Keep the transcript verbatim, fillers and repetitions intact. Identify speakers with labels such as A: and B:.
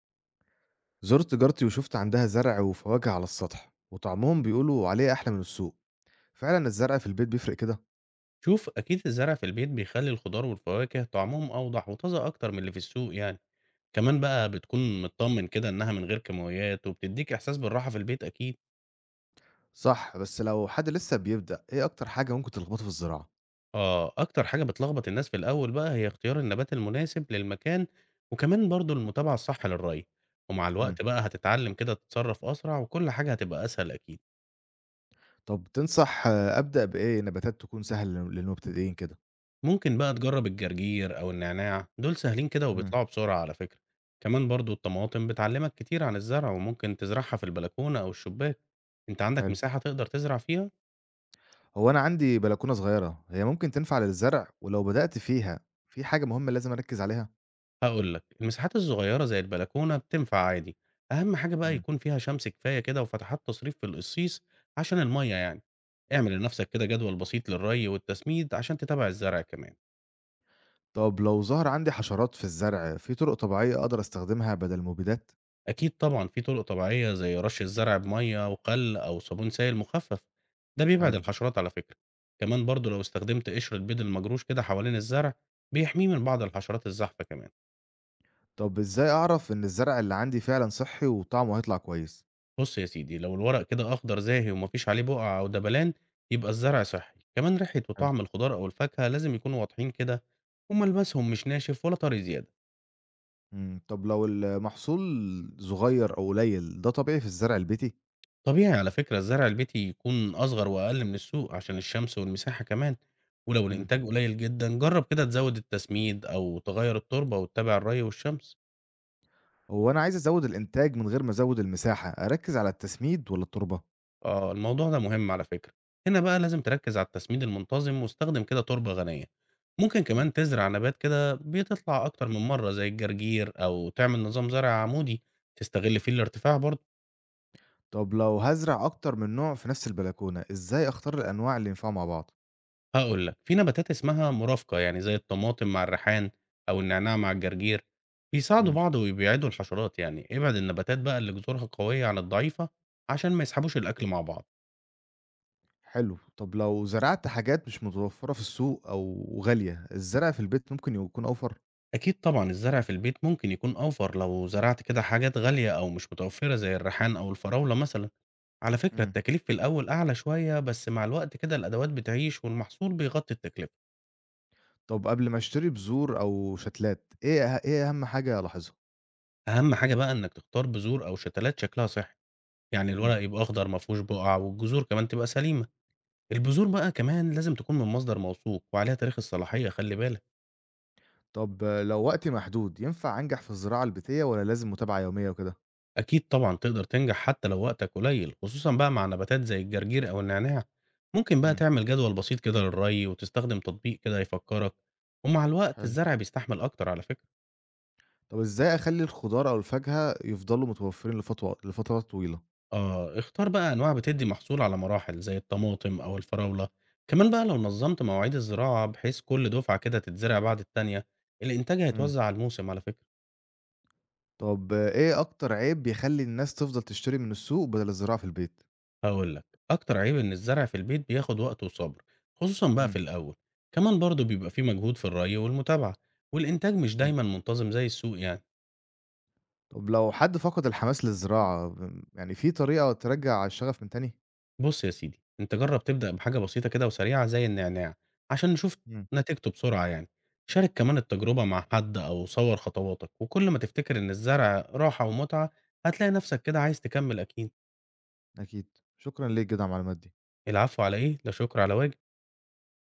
A: زرت جارتي وشفت عندها زرع وفواكه على السطح وطعمهم بيقولوا عليه أحلى من السوق. فعلا الزرع في البيت بيفرق كده.
B: شوف، أكيد الزرع في البيت بيخلي الخضار والفواكه طعمهم أوضح وطازة أكتر من اللي في السوق يعني. كمان بقى بتكون مطمن كده إنها من غير كيماويات وبتديك إحساس بالراحة في البيت أكيد.
A: صح، بس لو حد لسه بيبدأ إيه أكتر حاجة ممكن تلخبطه في الزراعة؟
B: آه، أكتر حاجة بتلخبط الناس في الأول بقى هي اختيار النبات المناسب للمكان، وكمان برضو المتابعة الصح للري. ومع
A: مم.
B: الوقت بقى هتتعلم كده تتصرف أسرع وكل حاجة هتبقى أسهل أكيد.
A: طب تنصح آه، أبدأ بإيه نباتات تكون سهل لل- للمبتدئين كده؟
B: ممكن بقى تجرب الجرجير أو النعناع، دول سهلين كده
A: مم.
B: وبيطلعوا بسرعة على فكرة. كمان برضو الطماطم بتعلمك كتير عن الزرع، وممكن تزرعها في البلكونة أو الشباك. أنت عندك
A: حلو.
B: مساحة تقدر تزرع فيها؟
A: هو أنا عندي بلكونة صغيرة، هي ممكن تنفع للزرع، ولو بدأت فيها في حاجة مهمة لازم أركز عليها؟
B: هقولك، المساحات الصغيرة زي البلكونة بتنفع عادي. أهم حاجة بقى
A: مم.
B: يكون فيها شمس كفاية كده وفتحات تصريف في القصيص، عشان المية يعني. اعمل لنفسك كده جدول بسيط للري والتسميد عشان تتابع الزرع كمان.
A: طب لو ظهر عندي حشرات في الزرع، في طرق طبيعية أقدر أستخدمها بدل المبيدات؟
B: أكيد طبعًا في طرق طبيعية زي رش الزرع بمَيّة وخل أو صابون سائل مخفف، ده بيبعد
A: حلو.
B: الحشرات على فكرة. كمان برضه لو استخدمت قشرة بيض المجروش كده حوالين الزرع بيحميه من بعض الحشرات الزاحفة كمان.
A: طب إزاي أعرف إن الزرع اللي عندي فعلًا صحّي وطعمه هيطلع كويس؟
B: بُص يا سيدي، لو الورق كده أخضر زاهي وما فيش عليه بقع أو دبلان يبقى الزرع صحّي. كمان ريحة
A: حلو.
B: وطعم الخضار أو الفاكهة لازم يكونوا واضحين كده، وملمسهم مش ناشف ولا طري زيادة.
A: إمم، طب لو المحصول صغير أو قليل، ده طبيعي في الزرع البيتي؟
B: طبيعي على فكرة الزرع البيتي يكون أصغر وأقل من السوق عشان الشمس والمساحة كمان. ولو
A: إمم،
B: الإنتاج قليل جدا، جرب كده تزود التسميد أو تغير التربة وتتابع الري والشمس.
A: هو أنا عايز أزوّد الإنتاج من غير ما أزوّد المساحة، أركّز على التسميد والّا التربة؟
B: آه، الموضوع ده مهم على فكرة. هنا بقى لازم تركز على التسميد المنتظم واستخدم كده تربة غنية. ممكن
A: إمم،
B: كمان تزرع نبات كده بيتطلع أكتر من مرة زي الجرجير، أو تعمل نظام زرع عمودي تستغل فيه الارتفاع برضه.
A: طب لو هازرع أكتر من نوع في نفس البلكونة، إزاي أختار الأنواع اللي ينفعوا مع بعض؟
B: هاقول لك، في نباتات اسمها مرافقة، يعني زي الطماطم مع الريحان أو النعناع مع الجرجير، بيساعدوا
A: إمم.
B: بعض وبيبعدوا الحشرات يعني. ابعد النباتات بقى اللي جذورها قوية عن الضعيفة عشان ما يسحبوش الأكل مع بعض.
A: حلو. طب لو زرعت حاجات مش متوفّرة في السوق أو غالية، الزرع في البيت ممكن يكون أوفر؟
B: أكيد طبعًا الزرع في البيت ممكن يكون أوفر لو زرعت كده حاجات غالية أو مش متوفرة زي الريحان أو الفراولة مثلًا. على فكرة
A: إمم.
B: التكاليف في الأول أعلى شوية، بس مع الوقت كده الأدوات بتعيش والمحصول بيغطي التكلفة.
A: طب قبل ما اشتري بذور أو شتلات، إيه أه إيه أهم حاجة ألاحظها؟
B: أهم حاجة بقى إنك تختار بذور أو شتلات شكلها صحي، يعني
A: إمم.
B: الورق يبقى أخضر ما فيهوش بقع والجذور كمان تبقى سليمة. البذور بقى كمان لازم تكون من مصدر موثوق وعليها تاريخ الصلاحية، خلي بالك.
A: طب لو وقتي محدود، ينفع أنجح في الزراعة البيتية والّا لازم متابعة يومية وكده؟
B: أكيد طبعا تقدر تنجح حتى لو وقتك قليل، خصوصا بقى مع نباتات زي الجرجير أو النعناع. ممكن بقى
A: إمم.
B: تعمل جدول بسيط كده للري وتستخدم تطبيق كده يفكرك، ومع الوقت
A: حلو.
B: الزرع بيستحمل أكتر على فكرة.
A: طب إزاي أخلّي الخضار أو الفاكهة يفضلوا متوفرين لفتوة لفترات طويلة؟
B: آه، اختار بقى أنواع بتدي محصول على مراحل زي الطماطم أو الفراولة. كمان بقى لو نظمت مواعيد الزراعة بحيث كل دفعة كده تتزرع بعد التانية، الإنتاج
A: إمم.
B: هيتوزع على الموسم على فكرة.
A: طب إيه أكتر عيب بيخلّي الناس تفضل تشتري من السوق بدل الزراعة في البيت؟
B: هقول لك، اكتر عيب ان الزرع في البيت بياخد وقت وصبر، خصوصا بقى في
A: إمم.
B: الاول. كمان برضه بيبقى فيه مجهود في الري والمتابعة، والانتاج مش
A: إمم.
B: دايما منتظم زي السوق يعني.
A: طب لو حد فقد الحماس للزراعة، م يعني في طريقة ترجّع الشغف من تاني؟
B: بص يا سيدي، انت جرب تبدأ بحاجة بسيطة كده وسريعة زي النعناع عشان نشوف
A: إمم،
B: نتيجته بسرعة يعني. شارك كمان التجربة مع حد او صور خطواتك، وكل ما تفتكر ان الزرع راحة ومتعة هتلاقي نفسك كده عايز تكمل اكيد.
A: أكيد. شكرًا ليك جدًا على المعلومات دي.
B: العفو، على ايه؟ لا شكر على واجب.